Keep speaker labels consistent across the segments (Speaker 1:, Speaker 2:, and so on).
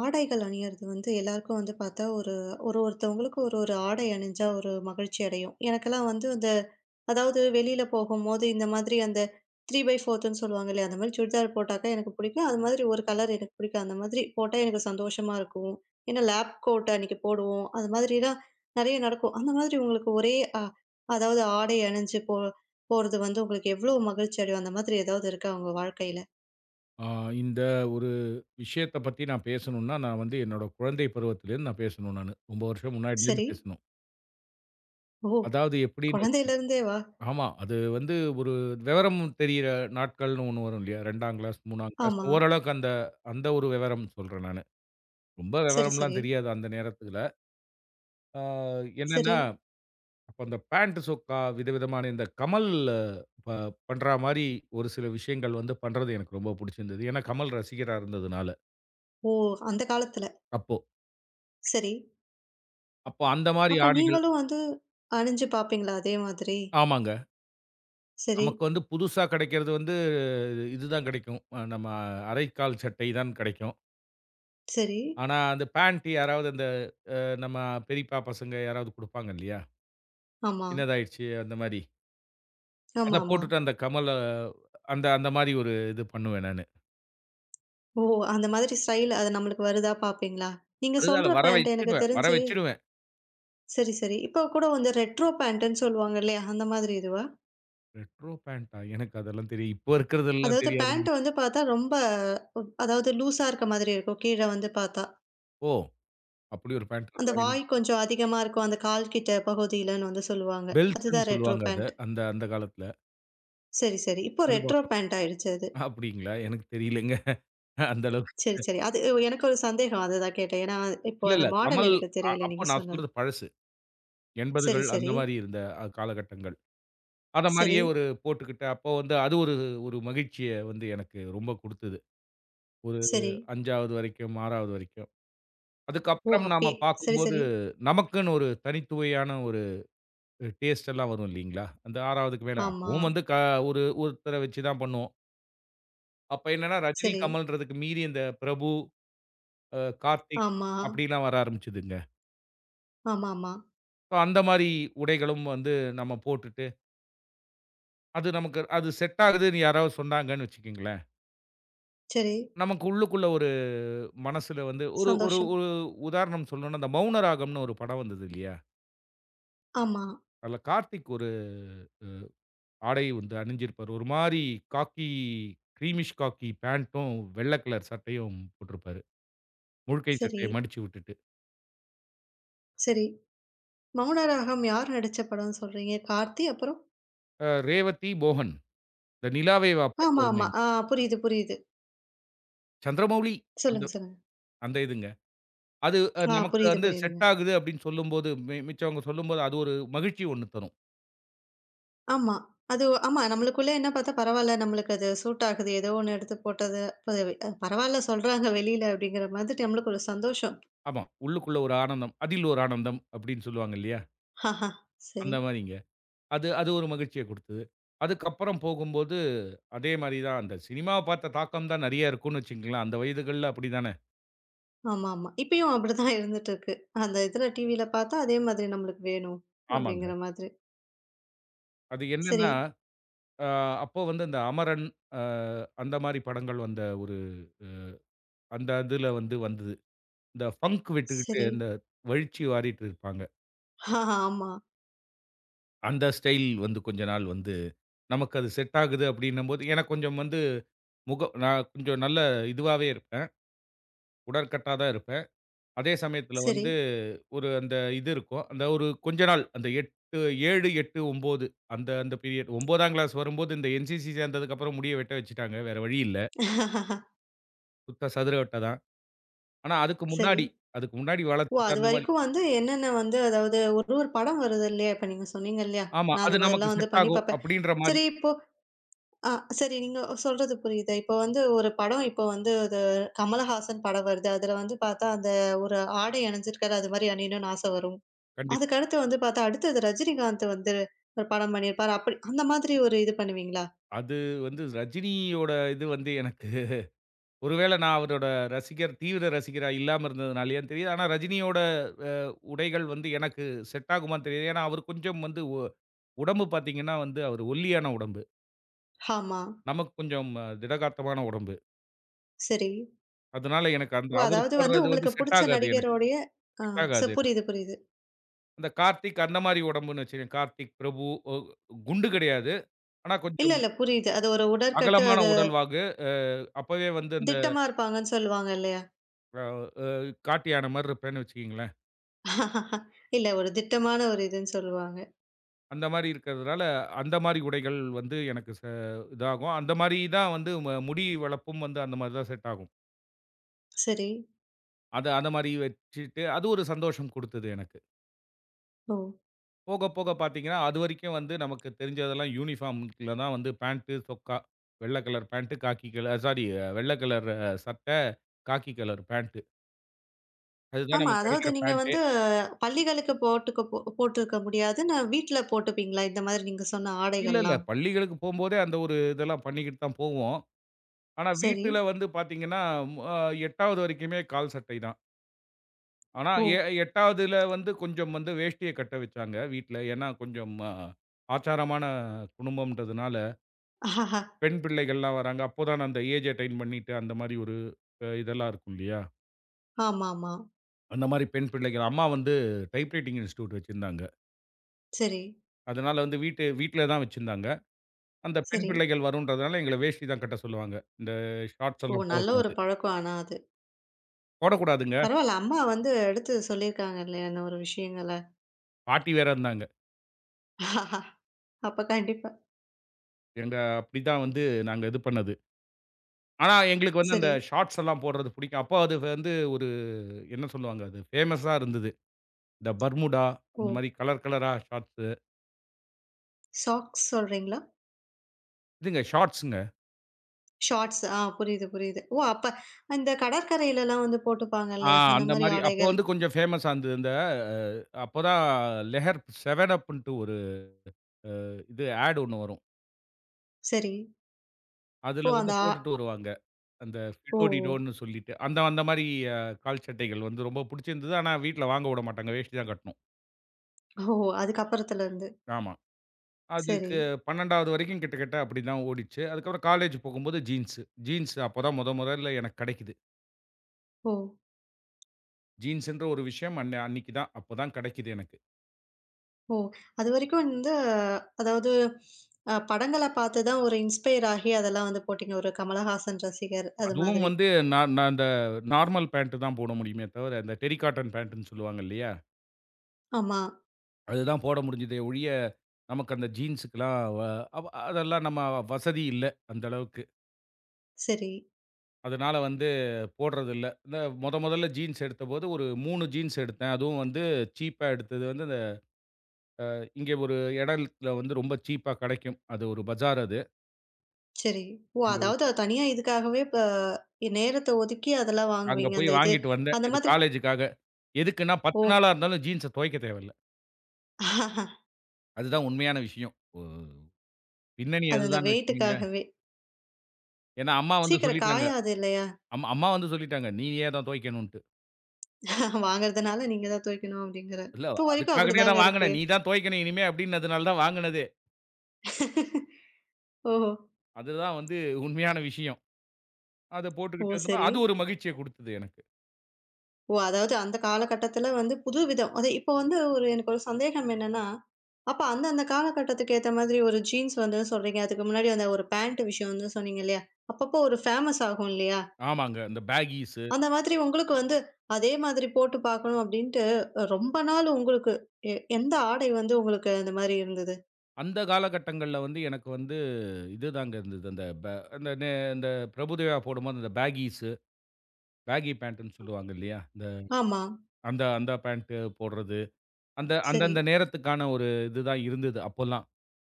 Speaker 1: ஆடைகள் அணியறது வந்து எல்லாருக்கும் வந்து பார்த்தா, ஒரு ஒரு ஒருத்தவங்களுக்கு ஒரு ஒரு ஆடை அணிஞ்சா ஒரு மகிழ்ச்சி அடையும். எனக்கெல்லாம் வந்து அந்த அதாவது வெளியில போகும்போது இந்த மாதிரி அந்த 3/4ன்னு சொல்லுவாங்க இல்லையா? அந்த மாதிரி சுடிதார் போட்டாக்கா எனக்கு பிடிக்கும். அது மாதிரி ஒரு கலர் எனக்கு பிடிக்கும். அந்த மாதிரி போட்டா எனக்கு சந்தோஷமா இருக்கும். ஏன்னா லேப் கோட் அன்னைக்கு போடுவோம். அது மாதிரிலாம் நெறைய நடக்கும். அந்த மாதிரி உங்களுக்கு ஒரே அ அதாவது ஆடை அணிஞ்சு போறது வந்து உங்களுக்கு எவ்வளோ மகிழ்ச்சி அடையும்? அந்த மாதிரி ஏதாவது இருக்கா உங்க வாழ்க்கையில?
Speaker 2: ஆ இந்த ஒரு விஷயத்த பத்தி நான் பேசணும்னா, நான் வந்து என்னோட குழந்தை பருவத்திலேருந்து நான் பேசணும் நானு. ரொம்ப வருஷம்
Speaker 1: சரி.
Speaker 2: முன்னாடிலேருந்து பேசணும்.
Speaker 1: ஓ!
Speaker 2: அதாவது எப்படின்னு வச்சுக்
Speaker 1: குழந்தையிலருந்தேவா?
Speaker 2: ஆமா. அது வந்து ஒரு விவரம் தெரியிற நாட்கள்னு ஒண்ணு வரும் இல்லையா? 2ஆம் கிளாஸ், 3ஆம் கிளாஸ்
Speaker 1: ஆமா.
Speaker 2: ஓரளவுக்கு அந்த அந்த ஒரு விவரம் சொல்றேன் நானு. ரொம்ப
Speaker 1: சரி,
Speaker 2: விவரம்லாம்
Speaker 1: சரி,
Speaker 2: தெரியாது அந்த நேரத்துல. ஆ
Speaker 1: சரி.
Speaker 2: என்னன்னா, அப்ப அந்த பேண்ட் சொக்கா விதவிதமான இந்த கமல் ப பண்றா மாரி ஒரு சில விஷயங்கள் வந்து பண்றது எனக்கு ரொம்ப புடிச்சிருந்தது. ஏன்னா, கமல் ரசிகரா இருந்ததுனால,
Speaker 1: ஓ! அந்த காலத்துல.
Speaker 2: அப்போ.
Speaker 1: சரி.
Speaker 2: அப்போ அந்த மாரி
Speaker 1: அப்ப
Speaker 2: ஆடைகள்
Speaker 1: நீங்களும் வந்து அணிஞ்சு பார்ப்பீங்களா அதே மாதிரி?
Speaker 2: ஆமாங்க.
Speaker 1: சரி,
Speaker 2: நமக்கு வந்து புதுசா கிடைக்கிறது வந்து இதுதான் கிடைக்கும். நம்ம அரைக்கால் சட்டை தான் கிடைக்கும்.
Speaker 1: சரி.
Speaker 2: ஆனா, அந்த பேண்ட் யாராவது அந்த நம்ம பெரியப்பா பசங்க யாராவது குடுப்பாங்க இல்லையா?
Speaker 1: ஆமா.
Speaker 2: சின்னதாயிடுச்சு அந்த மாரி. அத
Speaker 1: ஆமாமா.
Speaker 2: போட்டுட்டு அந்த அந்த மாரி ஒரு இது பண்ணுவேன் நானு.
Speaker 1: ஓ! அந்த மாதிரி ஸ்டைல் அது நம்மளுக்கு வருதா பார்ப்பீங்களா? நீங்க
Speaker 2: அதுதான்
Speaker 1: சொல்ற
Speaker 2: வர
Speaker 1: பேண்ட் எனக்கு
Speaker 2: வச்சுடுவேன் வர
Speaker 1: தெரிஞ்சு
Speaker 2: வச்சுடுவேன்.
Speaker 1: சரி, சரி. இப்போ கூட வந்து ரெட்ரோ பேண்ட்டுன்னு சொல்லுவாங்க இல்லையா? அந்த மாதிரி இதுவா?
Speaker 2: ரெட்ரோ பேண்டா? எனக்கு அதெல்லாம் தெரியும். இப்போ இருக்கிறதெல்லாம்
Speaker 1: அதாவது
Speaker 2: தெரியாதுங்க.
Speaker 1: பேண்ட் வந்து பார்த்தா ரொம்ப அதாவது லூஸா இருக்க மாதிரி இருக்கும். கீழ வந்து பார்த்தா.
Speaker 2: ஓ! அப்படி ஒரு பேண்ட்
Speaker 1: அந்த
Speaker 2: இருக்கா? எனக்கு
Speaker 1: வாய் கொஞ்சம் அதிகமா இருக்கும். அந்த கால் கிட்ட பகுதியிலன்னு வந்து சொல்லுவாங்க.
Speaker 2: பெல்ஸ்ன்னு
Speaker 1: அதுதான் ரெட்ரோ
Speaker 2: சொல்லுவாங்க அத.
Speaker 1: பேண்ட்.
Speaker 2: அந்த அந்த காலத்துல.
Speaker 1: சரி, சரி. இப்போ
Speaker 2: பெல்
Speaker 1: ரெட்ரோ
Speaker 2: பாட்டம்.
Speaker 1: பேண்ட் ஆயிடுச்சு அது.
Speaker 2: அப்படிங்களா? எனக்கு தெரியலங்க. அந்த அளவுக்கு.
Speaker 1: சரி, சரி. அது எனக்கு ஒரு சந்தேகம் அதுதான் கேட்டேன். ஏன்னா, இப்போ
Speaker 2: இல்ல,
Speaker 1: அந்த
Speaker 2: இல்ல.
Speaker 1: மாடல்
Speaker 2: கமல்
Speaker 1: எனக்கு தெரியல
Speaker 2: அப்ப
Speaker 1: நீங்க
Speaker 2: நான்
Speaker 1: சொன்னது.
Speaker 2: சொல்றது பழசு.
Speaker 1: சரி,
Speaker 2: 80கள் அந்த
Speaker 1: சரி,
Speaker 2: மாரி இருந்த காலகட்டங்கள். அத
Speaker 1: சரி,
Speaker 2: மாரியே ஒரு போட்டுக்கிட்டு, அப்போ வந்து அது ஒரு ஒரு மகிழ்ச்சிய வந்து எனக்கு ரொம்ப குடுத்தது. ஒரு
Speaker 1: சரி.
Speaker 2: 5வது வரைக்கும், 6வது வரைக்கும்.
Speaker 1: ஓ!
Speaker 2: அதுக்கப்புறம்
Speaker 1: அப்பயே
Speaker 2: நாம
Speaker 1: சரி,
Speaker 2: பார்க்கும்போது,
Speaker 1: சரி.
Speaker 2: நமக்குன்னு ஒரு தனித்துவையான ஒரு டேஸ்ட் எல்லாம் வரும் இல்லீங்களா? அந்த 6வதுக்கு மேல
Speaker 1: ஆமா.
Speaker 2: அப்பவும் வந்து க ஒரு ஒருத்தர வச்சு தான் பண்ணுவோம். அப்ப என்னன்னா, ரஜினி,
Speaker 1: சரி.
Speaker 2: கமல்ன்றதுக்கு மீறி இந்த பிரபு, அ கார்த்திக்
Speaker 1: ஆமா.
Speaker 2: அப்படிலாம் வர ஆரம்பிச்சதுங்க.
Speaker 1: ஆமாமா.
Speaker 2: அப்ப அந்த மாரி உடைகளும் வந்து நம்ம போட்டுட்டு அது நமக்கு அது செட் ஆகுதுன்னு யாராவது சொன்னாங்கன்னு வச்சுக்கங்களேன்,
Speaker 1: சரி.
Speaker 2: நமக்கு உள்ளுக்குள்ள ஒரு மனசுல வந்து ஒரு ஒரு
Speaker 1: சந்தோஷம்.
Speaker 2: ஒரு உதாரணம் சொல்லணும்னா, அந்த மௌன ராகம்னு ஒரு படம் வந்தது இல்லையா?
Speaker 1: ஆமா.
Speaker 2: அதுல கார்த்திக் ஒரு ஆடை வந்து அணிஞ்சிருப்பாரு. ஒரு மாரி காக்கி கிரீமிஷ் காக்கி பேண்டும், வெள்ள கலர் சட்டையும் போட்டிருப்பாரு. முழுக்கை
Speaker 1: சரி,
Speaker 2: சட்டைய மடிச்சு விட்டுட்டு.
Speaker 1: சரி. மௌனராகம் யார் நடிச்ச படம்னு சொல்றீங்க? கார்த்தி அப்புறம்?
Speaker 2: ரேவதி, மோகன் இந்த "நிலாவே வா" பாட்டு
Speaker 1: ஆமா, ஆமா.
Speaker 2: வருமேங்க.
Speaker 1: புரியுது, புரியுது.
Speaker 2: சந்திரமௌலி அந்த
Speaker 1: சொல்லுங்க, சொல்லுங்க.
Speaker 2: அந்த இதுங்க. அது நமக்கு
Speaker 1: புரியுது,
Speaker 2: வந்து
Speaker 1: புரியுதுங்க.
Speaker 2: செட் ஆகுது அப்படின்னு சொல்லும்போது, மிச்சவங்க சொல்லும்போது அது ஒரு மகிழ்ச்சி ஒண்ணு தரும்.
Speaker 1: ஆமா. அது ஆமா. நம்மளுக்குள்ளே என்ன பார்த்தா பரவால்ல. நம்மளுக்கு அது சூட் ஆகுது. ஏதோ ஒண்ணு எடுத்து போட்டது. பதவி பரவால்ல சொல்றாங்க வெளியில அப்படிங்கிற மாதிரி நம்மளுக்கு ஒரு சந்தோஷம்.
Speaker 2: ஆமா. உள்ளுக்குள்ள ஒரு ஆனந்தம். அதில் ஒரு ஆனந்தம் அப்படின்னு சொல்லுவாங்க இல்லையா?
Speaker 1: ஹஹா! சரி.
Speaker 2: அந்த மாரிங்க. அது அது ஒரு மகிழ்ச்சிய குடுத்தது. அதுக்கப்புறம் போகும்போது, அதே மாரி தான் அந்த சினிமாவ பார்த்த தாக்கம் தான் நெறைய இருக்கும்னு வச்சுக்கங்களேன். அந்த வயதுகள்ல அப்படிதானே?
Speaker 1: ஆமாமா. இப்பயும் அப்படிதான் இருந்துட்டு இருக்கு. அந்த இதுல டிவில பார்த்தா அதே மாதிரி நம்மளுக்கு வேணும்
Speaker 2: ஆமாங்க.
Speaker 1: அப்படிங்கிற மாதிரி.
Speaker 2: அது
Speaker 1: சரி,
Speaker 2: என்னன்னா, அ அப்போ வந்து அந்த அமரன், அ அந்த மாரி படங்கள் வந்த ஒரு அந்த இதுல வந்து வந்தது. இந்த ஃபங்க் விட்டுக்கிட்டு
Speaker 1: சரி.
Speaker 2: இந்த வழிச்சி வாரிட்டு இருப்பாங்க.
Speaker 1: ஆஹா ஆமா.
Speaker 2: அந்த ஸ்டைல் வந்து கொஞ்ச நாள் வந்து நமக்கு அது செட் ஆகுது அப்படின்னும்போது, எனக்கு கொஞ்சம் வந்து முகம் நான் கொஞ்சம் நல்ல இதுவாவே இருப்பேன். உடற்கட்டா தான் இருப்பேன். அதே சமயத்துல
Speaker 1: சரி.
Speaker 2: வந்து ஒரு அந்த இது இருக்கும். அந்த ஒரு கொஞ்ச நாள் அந்த 8 7, 8, 9 அந்த அந்த பீரியட் 9ஆம் கிளாஸ் வரும்போது இந்த என்சிசி சேர்ந்ததுக்கப்புறம் முடிய வெட்ட வச்சுட்டாங்க. வேற வழி இல்ல. சுத்த சதுர வெட்ட தான். ஆனா அதுக்கு
Speaker 1: சரி.
Speaker 2: முன்னாடி அதுக்கு முன்னாடி
Speaker 1: ஓ!
Speaker 2: வளர்த்துட்டு அந்த மாரி
Speaker 1: அதுவரைக்கும் வந்து என்னென்ன வந்து அதாவது ஒரு ஒரு படம் வருது இல்லையா? இப்ப நீங்க சொன்னீங்க இல்லையா?
Speaker 2: ஆமா.
Speaker 1: நான்
Speaker 2: அது
Speaker 1: அந்த
Speaker 2: நமக்கு
Speaker 1: மாதிரிலாம் வந்து
Speaker 2: செட்
Speaker 1: பண்ணி
Speaker 2: ஆகும்
Speaker 1: பார்ப்பேன்.
Speaker 2: அப்படின்ற மாரி
Speaker 1: சரி இப்போ ஆ சரி. நீங்க சொல்றது புரியுது. இப்போ வந்து ஒரு படம் இப்போ வந்து அது கமலஹாசன் படம் வருது. அதுல வந்து பார்த்தா, அந்த ஒரு ஆடை அணிஞ்சிருக்காரு. அது மாரி அணியணும்னு ஆசை வரும்.
Speaker 2: கண்டிப்பா.
Speaker 1: அதுக்கு அடுத்து வந்து பார்த்தா, அடுத்தது ரஜினிகாந்த் வந்து ஒரு படம் பண்ணியிருப்பாரு. அப்படி அந்த மாதிரி ஒரு இது பண்ணுவீங்களா?
Speaker 2: அது வந்து ரஜினியோட இது வந்து எனக்கு ஒருவேள நான் அவரோட தீவிர ரசிகரா இல்லாம இருந்ததுனாலயான்னு தெரியாது. ஆனா ரஜினியோட அ உடைகள் வந்து எனக்கு செட் ஆகுமான்னு தெரியாது. ஏன்னா, அவர் கொஞ்சம் வந்து ஒ உடம்பு பார்த்தீங்கன்னா வந்து, அவரு ஒல்லியான உடம்பு.
Speaker 1: ஆமா.
Speaker 2: நமக்கு கொஞ்சம் திடகாத்திரமான உடம்பு.
Speaker 1: சரி.
Speaker 2: அதனால எனக்கு அந்த
Speaker 1: ஓ!
Speaker 2: அவரு
Speaker 1: அதாவது வந்து
Speaker 2: போடுறது
Speaker 1: உங்களுக்கு
Speaker 2: வந்து செட்
Speaker 1: புடிச்ச
Speaker 2: ஆகாது எனக்கு.
Speaker 1: நடிகருடைய ஆ
Speaker 2: செட் ஆகாது
Speaker 1: ச
Speaker 2: எனக்கு.
Speaker 1: புரியுது, புரியுது.
Speaker 2: அந்த கார்த்திக் அந்த மாரி உடம்புன்னு வச்சுக்கங்க. கார்த்திக், பிரபு ஒ குண்டு கிடையாது. ஆனா
Speaker 1: இல்ல,
Speaker 2: கொஞ்சம்
Speaker 1: இல்ல புரியுது. அது ஒரு உடற்கட்டு
Speaker 2: அகலமான
Speaker 1: அது
Speaker 2: உடல்வாகு. அ அப்பவே வந்து அந்த
Speaker 1: திட்டமா இருப்பாங்கன்னு சொல்லுவாங்க இல்லையா?
Speaker 2: அ அ காட்டு யான மாரி இருப்பேன்னு வச்சுக்கங்களேன்.
Speaker 1: இல்ல ஒரு திட்டமான ஒரு இதுன்னு சொல்லுவாங்க.
Speaker 2: அந்த மாரி இருக்கிறதுனால, அந்த மாரி உடைகள் வந்து எனக்கு இதாகும். அந்த மாரி தான் வந்து முடி வளர்ப்பும் வந்து அந்த மாரி தான் செட் ஆகும்.
Speaker 1: சரி.
Speaker 2: அது அந்த மாரி வச்சுட்டு, அது ஒரு சந்தோஷம் குடுத்தது எனக்கு.
Speaker 1: ஓ!
Speaker 2: போக, போக பார்த்தீங்கன்னா, அதுவரைக்கும் வந்து நமக்கு தெரிஞ்சதெல்லாம் யூனிஃபார்ம்ல தான் வந்து பேண்ட், சொக்கா. வெள்ள கலர் பேண்ட், காக்கி கலர் சாரி வெள்ள கலர் சட்ட, காக்கி கலர் பேண்ட். அதுதான்
Speaker 1: ஆமா.
Speaker 2: நமக்கு
Speaker 1: அதாவது
Speaker 2: கிடைக்கிற
Speaker 1: நீங்க
Speaker 2: பேண்ட்டே.
Speaker 1: வந்து பள்ளிகளுக்கு போட்டுக்க போட்டுருக்க முடியாது. நான் வீட்ல போட்டுப்பீங்களா? இந்த மாதிரி நீங்க சொன்ன
Speaker 2: இல்ல, இல்ல.
Speaker 1: ஆடைகள்லாம்.
Speaker 2: பள்ளிகளுக்கு போம்போதே அந்த ஒரு இதெல்லாம் பண்ணிக்கிட்டு தான் போவோம். ஆனா,
Speaker 1: சரி.
Speaker 2: வீட்டில வந்து பார்த்தீங்கன்னா, அ 8வது வரைக்குமே கால் சட்டை தான். ஆனா,
Speaker 1: ஓ!
Speaker 2: 8வதுல வந்து கொஞ்சம் வந்து வேஷ்டிய கட்ட வச்சாங்க வீட்ல. ஏன்னா, கொஞ்சம் ஆச்சாரமான குடும்பம்ன்றதுனால. பெண் பிள்ளைகள்லாம் வராங்க. அப்போதான் அந்த ஏஜ் அட்டெயின் பண்ணிட்டு, அந்த மாரி ஒரு இதெல்லாம் இருக்கும் இல்லையா?
Speaker 1: ஆமாமா.
Speaker 2: அந்த மாரி பெண் பிள்ளைகள் அம்மா வந்து டைப்ரைட்டிங் இன்ஸ்டிடியூட் வச்சிருந்தாங்க.
Speaker 1: சரி,
Speaker 2: அதனால வந்து வீட்டு வீட்ல தான் வச்சிருந்தாங்க. அந்த பெண்
Speaker 1: சரி.
Speaker 2: பிள்ளைகள் வரும்ன்றதுனால எங்கள வேஷ்டி தான் கட்ட சொல்லுவாங்க. இந்த ஷார்ட்ஸ்
Speaker 1: ஓ!
Speaker 2: எல்லாம்
Speaker 1: நல்ல ஒரு
Speaker 2: போடக்கூடாது.
Speaker 1: பழக்கம் ஆனா அது.
Speaker 2: போடக்கூடாதுங்க.
Speaker 1: பரவால்ல. அம்மா வந்து எடுத்து சொல்லியிருக்காங்க இல்லையா? இந்த ஒரு விஷயங்கள.
Speaker 2: பாட்டி வேற இருந்தாங்க.
Speaker 1: அப்ப கண்டிப்பா.
Speaker 2: எங்க அப்படிதான் வந்து நாங்க இது பண்ணது. ஆனா எங்களுக்கு வந்து அந்த
Speaker 1: சரி.
Speaker 2: ஷார்ட்ஸ் எல்லாம் போடுறது பிடிக்கும். அப்போ அது வந்து ஒரு என்ன சொல்லுவாங்க அது ஃபேமஸா இருந்தது. இந்த பர்முடா
Speaker 1: ஓ!
Speaker 2: அந்த மாரி கலர் கலரா ஷார்ட்ஸு.
Speaker 1: சாக்ஸ் சொல்றீங்களா?
Speaker 2: இதுங்க ஷார்ட்ஸுங்க.
Speaker 1: ஷார்ட்ஸ். புரியுது, புரியுது. ஓ! அப்ப இந்த கடற்கரையிலலாம் வந்து போட்டுப்பாங்க
Speaker 2: ஆ
Speaker 1: இல்லையா? அந்த
Speaker 2: அந்த
Speaker 1: மாரி
Speaker 2: மாரி. அப்போ
Speaker 1: ஆடைகள்.
Speaker 2: வந்து கொஞ்சம் ஃபேமஸா இருந்தது. இந்த அப்போதான் லெஹர் 7 அப்ன்ட்டு ஒரு அ இது ஆட் ஒண்ணு வரும்.
Speaker 1: சரி. ஓ!
Speaker 2: அதுல
Speaker 1: அந்த
Speaker 2: வந்து போட்டுட்டு வருவாங்க. அந்த
Speaker 1: ஓ!
Speaker 2: ஃபிடோடிடோன்னு சொல்லிட்டு. அந்த அந்த மாரி அ கால் சட்டைகள் வந்து ரொம்ப புடிச்சிருந்தது. ஆனா வீட்ல வாங்க விட மாட்டாங்க. வேஷ்டி தான் கட்டணும்.
Speaker 1: ஓ! அதுக்கு அப்புறத்துலருந்து.
Speaker 2: ஆமா.
Speaker 1: சரி.
Speaker 2: அதுக்கு 12வது வரைக்கும் கிட்டத்தட்ட அப்படிதான் ஓடிச்சு. அதுக்கப்புறம் காலேஜ் போகும்போது ஜீன்ஸு. ஜீன்ஸ் அப்பதான் மொதல்ல எனக்கு கெடைக்குது.
Speaker 1: ஓ!
Speaker 2: ஜீன்ஸ்ன்ற ஒரு விஷயம் அன்னைக்கு தான் அப்பதான் கெடைக்குது எனக்கு.
Speaker 1: ஓ! அதுவரைக்கும் வந்து அதாவது படங்கள பார்த்து தான் ஒரு இன்ஸ்பயர் ஆகி அதெல்லாம் வந்து போட்டீங்க. ஒரு கமலஹாசன் ரசிகர் அது
Speaker 2: அதுவும்
Speaker 1: மாதிரி.
Speaker 2: வந்து நான் நான் அந்த நார்மல் பேண்ட் தான் போட முடியுமே தவிர, இந்த டெரி காட்டன் பேண்ட்டுன்னு சொல்லுவாங்க இல்லையா?
Speaker 1: ஆமா.
Speaker 2: அதுதான் போட முடிஞ்சதே ஒழிய, நமக்கு அந்த ஜீன்ஸுக்குலாம் வ அதெல்லாம் நம்ம வசதி இல்ல, அந்த அளவுக்கு.
Speaker 1: சரி,
Speaker 2: அதனால வந்து போடுறதில்ல. இந்த மொதல்ல ஜீன்ஸ் எடுத்தபோது ஒரு 3 ஜீன்ஸ் எடுத்தேன். அதுவும் வந்து சீப்பா எடுத்தது வந்து இந்த இங்கே ஒரு இடத்துல வந்து ரொம்ப சீப்பா கெடைக்கும். அது ஒரு பஜார் அது.
Speaker 1: சரி. ஓ!
Speaker 2: எங்க ஊர்
Speaker 1: அதாவது அது தனியா இதுக்காகவே நேரத்த ஒதுக்கி அதெல்லாம்
Speaker 2: அங்க
Speaker 1: வாங்குவீங்க.
Speaker 2: போய்
Speaker 1: அந்த இது
Speaker 2: வாங்கிட்டு வந்தேன்.
Speaker 1: அந்த
Speaker 2: இது
Speaker 1: மாதிரி
Speaker 2: காலேஜுக்காக. எதுக்குன்னா 10
Speaker 1: ஓ!
Speaker 2: நாளா இருந்தாலும் ஜீன்ஸ துவைக்க தேவையில்ல. அதுதான் உண்மையான விஷயம். ஒ பின்னணி
Speaker 1: அது அந்த
Speaker 2: அதுதான்னு வச்சுக்கங்களேன்.
Speaker 1: வெயிட்டுக்காகவே.
Speaker 2: ஏன்னா, அம்மா வந்து
Speaker 1: சீக்கிரம்
Speaker 2: சொல்லிட்டாங்க.
Speaker 1: காயாது இல்லையா?
Speaker 2: அம்மா வந்து சொல்லிட்டாங்க. "நீயே தான் துவைக்கணுன்ட்டு."
Speaker 1: வாங்குறதுனால நீங்க தான் தூக்கணும் அப்படிங்கிற.
Speaker 2: இல்ல
Speaker 1: இப்போ வரைக்கும்
Speaker 2: அதுக்காகவே
Speaker 1: அப்படிதாங்க
Speaker 2: தான்
Speaker 1: இருக்கு.
Speaker 2: வாங்குனேன். நீ தான் துவைக்கணும் இனிமே அப்படின்னதுனால தான் வாங்குனதே.
Speaker 1: ஓஹோ!
Speaker 2: அதுதான் வந்து உண்மையான விஷயம். அத
Speaker 1: ஓ!
Speaker 2: போட்டுக்கிட்டு இருந்தோம்னா,
Speaker 1: சரி.
Speaker 2: அது ஒரு மகிழ்ச்சிய குடுத்தது எனக்கு.
Speaker 1: ஓ! அதாவது அந்த காலகட்டத்துல வந்து புது விதம். அது இப்போ வந்து ஒரு எனக்கு ஒரு சந்தேகம் என்னன்னா, அப்ப அந்த அந்த காலகட்டத்துக்கு ஏத்த மாதிரி ஒரு ஜீன்ஸ் வந்து சொல்றீங்க. அதுக்கு முன்னாடி அந்த ஒரு பேண்ட் விஷயம் வந்து சொன்னீங்க இல்லையா? அப்பப்போ ஒரு ஃபேமஸ் ஆகும் இல்லையா?
Speaker 2: ஆமாங்க. இந்த பேக்கீஸு
Speaker 1: அந்த மாதிரி உங்களுக்கு வந்து அதே மாதிரி போட்டு பார்க்கணும் அப்படின்ட்டு ரொம்ப நாள் உங்களுக்கு எந்த ஆடை வந்து உங்களுக்கு அந்த மாரி இருந்தது?
Speaker 2: அந்த காலகட்டங்கள்ல வந்து எனக்கு வந்து இது தாங்க இருந்தது. அந்த ப அந்த நெ இந்த பிரபுதேவா போடும்போது அந்த பேக்கீஸு, பேக்கி பேண்ட்டுன்னு சொல்லுவாங்க இல்லையா? இந்த
Speaker 1: ஆமா.
Speaker 2: அந்த அந்த பேண்ட் போடுறது. அந்த
Speaker 1: சரி.
Speaker 2: அந்தந்த நேரத்துக்கான ஒரு இதுதான் இருந்தது அப்போலாம்.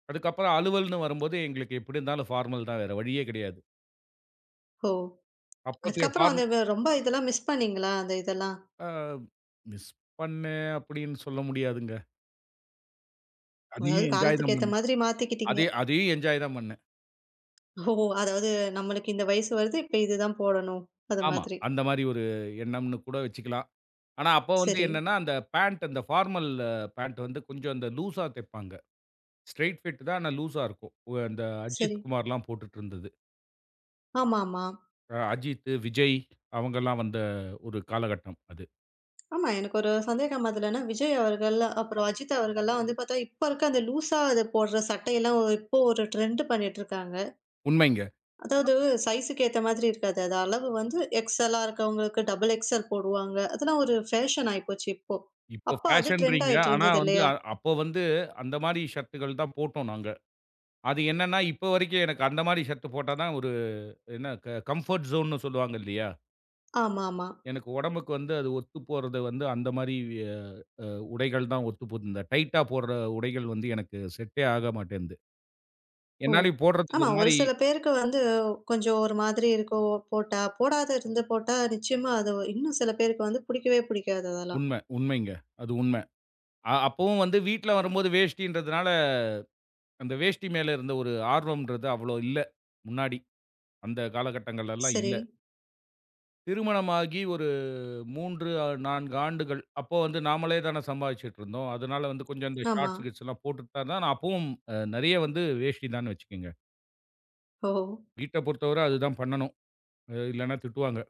Speaker 2: அதுக்கப்புறம் அலுவல்ன்னு வரும்போது, எங்களுக்கு எப்படி இருந்தாலும் ஃபார்மல் தான். வேற வழியே கிடையாது.
Speaker 1: ஓ!
Speaker 2: அப்போதைய
Speaker 1: அதுக்கப்புறம்
Speaker 2: ஃபார்ம்
Speaker 1: அந்த ரொம்ப இதெல்லாம் மிஸ் பண்ணீங்களா? அந்த இதெல்லாம்.
Speaker 2: அ மிஸ் பண்ணேன் அப்படின்னு சொல்ல முடியாதுங்க.
Speaker 1: அதாவது
Speaker 2: அதையும் என்ஜாய்
Speaker 1: காலத்துக்கு
Speaker 2: தான்
Speaker 1: ஏத்த
Speaker 2: பண்ணேன்.
Speaker 1: மாதிரி மாத்திக்கிட்டீங்க.
Speaker 2: அதே அதையும் என்ஜாய் தான் பண்ணேன்.
Speaker 1: ஓ! அதாவது நம்மளுக்கு இந்த வயசு வருது. இப்ப இதுதான் போடணும். அது
Speaker 2: ஆமா.
Speaker 1: மாதிரி.
Speaker 2: அந்த மாரி ஒரு எண்ணம்னு கூட வச்சுக்கலாம். ஆனா, அப்போ வந்து
Speaker 1: சரி,
Speaker 2: என்னன்னா, அந்த பேண்ட் அந்த ஃபார்மல் பேண்ட் வந்து கொஞ்சம் அந்த லூஸா தைப்பாங்க. ஸ்ட்ரெயிட் ஃபிட் தான் ஆனா லூஸா இருக்கும். அந்த
Speaker 1: சரி.
Speaker 2: அஜித் குமார்லாம் போட்டுட்டு இருந்தது.
Speaker 1: ஆமாமா. ஆமா.
Speaker 2: அஜித், விஜய் அவங்கலாம் வந்த ஒரு காலகட்டம் அது.
Speaker 1: ஆமா, எனக்கு ஒரு சந்தேகம் அதுலன்னா, விஜய் அவர்கள், அப்புறம் அஜித் அவர்கள்லாம் வந்து பார்த்தா, இப்ப இருக்க அந்த லூஸா அத போடுற சட்டையெல்லாம் இப்போ ஒரு ட்ரெண்ட் பண்ணிட்டு இருக்காங்க.
Speaker 2: உண்மைங்க.
Speaker 1: அதாவது சைஸுக்கு ஏத்த மாதிரி இருக்காது. அது அளவு வந்து எக்ஸ்எல்லா இருக்கவங்களுக்கு டபுள் எக்ஸ்எல் போடுவாங்க. அதெல்லாம் ஒரு ஃபேஷன் ஆயிப்போச்சு இப்போ.
Speaker 2: இப்போ
Speaker 1: அப்ப அது ட்ரெண்ட்
Speaker 2: ஃபேஷன்றீங்க.
Speaker 1: ஆயிட்டு
Speaker 2: ஆனா
Speaker 1: இருந்தது
Speaker 2: வந்து
Speaker 1: இல்லையா?
Speaker 2: அப்போ வந்து அந்த மாரி ஷர்ட்டுகள் தான் போட்டோம் நாங்க. அது என்னன்னா, இப்போ வரைக்கும் எனக்கு அந்த மாரி ஷர்ட் போட்டா தான் ஒரு என்ன கம்ஃபோர்ட் ஜோன்னு சொல்லுவாங்க இல்லையா?
Speaker 1: ஆமாமா.
Speaker 2: எனக்கு உடம்புக்கு வந்து அது ஒத்து போறது வந்து அந்த மாரி அ உடைகள் தான் ஒத்து போகுது. இந்த டைட்டா போடுற உடைகள் வந்து எனக்கு செட்டே ஆக மாட்டேன்து.
Speaker 1: ஓ!
Speaker 2: என்னாலயும் போடுறதுக்கு
Speaker 1: ஆமா.
Speaker 2: ஒரு
Speaker 1: ஒரு
Speaker 2: மாரி
Speaker 1: சில பேருக்கு வந்து கொஞ்சம் ஒரு மாதிரி இருக்கும். போட்டா, போடாத இருந்து போட்டா நிச்சயமா அது இன்னும் சில பேருக்கு வந்து புடிக்கவே புடிக்காது அதெல்லாம்.
Speaker 2: உண்ம, உண்மைங்க. அது உண்ம. அப்பவும் வந்து வீட்ல வரும்போது வேஷ்டின்றதுனால, அந்த வேஷ்டி மேல இருந்த ஒரு ஆர்வம்ன்றது அவ்வளோ இல்ல. முன்னாடி. அந்த காலகட்டங்கள்லலாம்
Speaker 1: சரி.
Speaker 2: இல்ல. திருமணமாகி 3 4 ஆண்டுகள். அப்போ வந்து நாமளே தான சம்பாதிச்சுட்டு இருந்தோம். அதனால வந்து கொஞ்சம் இந்த
Speaker 1: ஆமா.
Speaker 2: ஷார்ட்ஸ், கீட்ஸ்லாம் போட்டுட்டு தான் நான் அப்பவும் நெறைய வந்து வேஷ்டி தான்னு வச்சுக்கங்க.
Speaker 1: ஓ!
Speaker 2: வீட்ட பொறுத்தவர அதுதான் பண்ணணும். இல்லன்னா திட்டுவாங்க.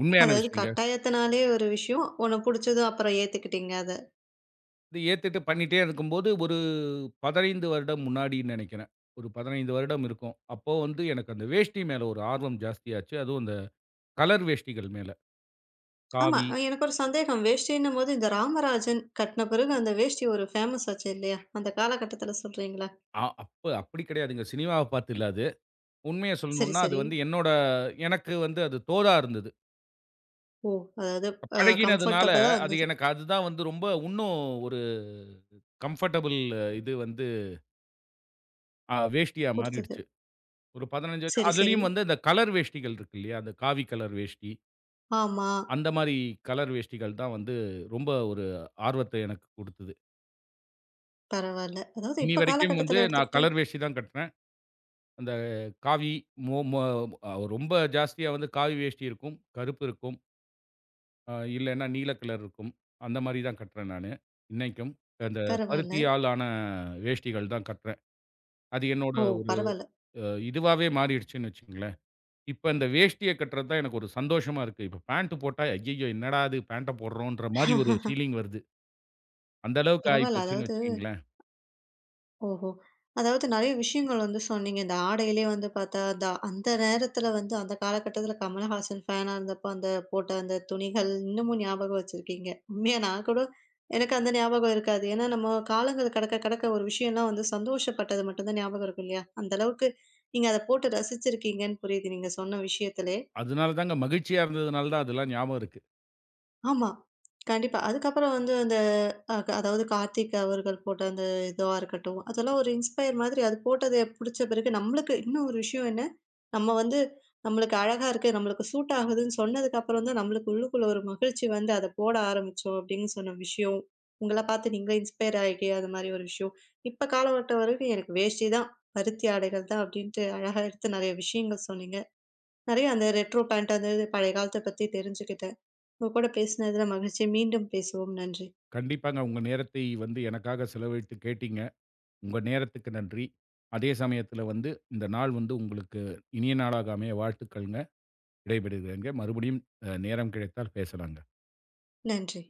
Speaker 2: உண்மையான
Speaker 1: அதாவது
Speaker 2: விஷயங்க.
Speaker 1: கட்டாயத்தினாலே ஒரு விஷயம். உனக்கு புடிச்சதும் அப்புறம் ஏத்துக்கிட்டீங்க அத.
Speaker 2: இது ஏத்துட்டு பண்ணிட்டே இருக்கும்போது, ஒரு 15 வருடம் முன்னாடின்னு நெனைக்கிறேன். ஒரு 15 வருடம் இருக்கும். அப்போ வந்து எனக்கு அந்த வேஷ்டி மேல ஒரு ஆர்வம் ஜாஸ்தியாச்சு. அதுவும் இந்த கலர் வேஷ்டிகள் மேல.
Speaker 1: ஆமா.
Speaker 2: காவி
Speaker 1: எனக்கு ஒரு சந்தேகம். வேஷ்டின்னும்போது இந்த ராமராஜன் கட்ன பிறகு அந்த வேஷ்டி ஒரு ஃபேமஸ் ஆச்சு இல்லையா? அந்த காலகட்டத்தில சொல்றீங்களா?
Speaker 2: அப்ப அப்படி கிடையாதுங்க. சினிமாவ பார்த்து இல்ல அது. உண்மைய
Speaker 1: சரி,
Speaker 2: சொல்லணும்னா, அது
Speaker 1: சரி.
Speaker 2: வந்து என்னோட எனக்கு வந்து அது தோதா இருந்தது.
Speaker 1: ஓ! அதாவது
Speaker 2: பழகினதுனால,
Speaker 1: கம்ஃபர்டபுளா
Speaker 2: அது
Speaker 1: இருந்தது.
Speaker 2: எனக்கு அதுதான் வந்து ரொம்ப உன்னும் ஒரு கம்ஃபர்டபுள் இது வந்து வேஷ்டியா
Speaker 1: குடுத்தது.
Speaker 2: மாறிடுச்சு. ஒரு 15 வயசு
Speaker 1: சரி, சரி.
Speaker 2: அதுலயும் வந்து இந்த கலர் வேஷ்டிகள் இருக்கு இல்லையா? அந்த காவி கலர் வேஷ்டி,
Speaker 1: ஆமா.
Speaker 2: அந்த மாரி கலர் வேஷ்டிகள் தான் வந்து ரொம்ப ஒரு ஆர்வத்த எனக்கு குடுத்தது.
Speaker 1: பரவால்ல. அதாவது
Speaker 2: இன்னி
Speaker 1: இப்ப
Speaker 2: வரைக்கும் வந்து
Speaker 1: காலகட்டத்தில
Speaker 2: நான் கலர் வேஷ்டி தான் கட்டுறேன். அந்த காவி, மோ மோ அ ரொம்ப ஜாஸ்தியா வந்து காவி வேஷ்டி இருக்கும், கருப்பு இருக்கும். இல்லன்னா நீல கலர் இருக்கும். அந்த மாரி தான் கட்டுறேன் நானு. இன்னைக்கும். அந்த
Speaker 1: பரவால்ல.
Speaker 2: பருத்தியால் ஆன வேஷ்டிகள் தான் கட்டுறேன். அது என்னோட
Speaker 1: ஓ!
Speaker 2: ஒரு
Speaker 1: பரவால்ல,
Speaker 2: அ இதுவாவே மாறிடுச்சுன்னு வச்சுக்கங்களேன். இப்ப இந்த வேஷ்டிய கட்டுறது தான் எனக்கு ஒரு சந்தோஷமா இருக்கு. இப்ப பேண்ட் போட்டா, ஐய்யய்யோ! என்னடா இது பேண்ட்ட போடுறோன்ற மாரி ஒரு ஃபீலிங் வருது. அந்த அளவுக்கு
Speaker 1: பரவால்ல.
Speaker 2: ஆயிப்போச்சுன்னு
Speaker 1: அதாவது
Speaker 2: வச்சுக்கங்களேன்.
Speaker 1: ஓஹோ! அதாவது நெறைய விஷயங்கள் வந்து சொன்னீங்க. இந்த ஆடையிலே வந்து பார்த்தா, அந்த அந்த நேரத்தில வந்து அந்த காலகட்டத்தில கமலஹாசன் ஃபேனா இருந்தப்ப, அந்த போட்ட அந்த துணிகள் இன்னமும் ஞாபகம் வச்சிருக்கீங்க. உண்மையா நான் கூட எனக்கு அந்த ஞாபகம் இருக்காது. ஏன்னா, நம்ம காலங்கள் கடக்க கடக்க ஒரு விஷயம்லாம் வந்து சந்தோஷப்பட்டது மட்டும் தான் ஞாபகம் இருக்கும் இல்லையா? அந்த அளவுக்கு நீங்க அத போட்டு ரசிச்சிருக்கீங்கன்னு புரியுது, நீங்க சொன்ன விஷயத்திலே.
Speaker 2: அதனால தாங்க மகிழ்ச்சியா இருந்ததுனால தான் அதெல்லாம் ஞாபகம் இருக்கு.
Speaker 1: ஆமா. கண்டிப்பா. அதுக்கப்புறம் வந்து அந்த அதாவது கார்த்திக் அவர்கள் போட்ட அந்த இதுவா இருக்கட்டும், அதெல்லாம் ஒரு இன்ஸ்பயர் மாதிரி அது போட்டது புடிச்ச பிறகு நம்மளுக்கு இன்னும் ஒரு விஷயம் என்ன, நம்ம வந்து நம்மளுக்கு அழகா இருக்கு, நம்மளுக்கு சூட் ஆகுதுன்னு சொன்னதுக்கு அப்புறம் தான் நம்மளுக்கு உள்ளுக்குள்ள ஒரு மகிழ்ச்சி வந்து அத போட ஆரம்பிச்சோம் அப்படின்னு சொன்ன விஷயம். உங்கள பார்த்து நீங்களே இன்ஸ்பயர் ஆகி அது மாரி ஒரு விஷயம். இப்ப காலகட்டம் வரைக்கும் எனக்கு வேஷ்டி தான், பருத்தி ஆடைகள் தான் அப்படின்ட்டு அழகா எடுத்து நெறைய விஷயங்கள் சொன்னீங்க. நெறைய அந்த ரெட்ரோ பேண்ட் அந்த இது பழைய காலத்த பத்தி தெரிஞ்சுக்கிட்டேன். உங்க கூட பேசினதுல மகிழ்ச்சி. மீண்டும் பேசுவோம். நன்றி.
Speaker 2: கண்டிப்பாங்க உங்க நேரத்தை வந்து எனக்காக செலவழித்து கேட்டீங்க. உங்க நேரத்துக்கு நன்றி. அதே சமயத்துல வந்து இந்த நாள் வந்து உங்களுக்கு இனிய நாளாக அமைய வாழ்த்துக்கள்ங்க. விடைபெறுகிறேங்க. மறுபடியும் நேரம் கிடைத்தால் பேசலாங்க.
Speaker 1: நன்றி.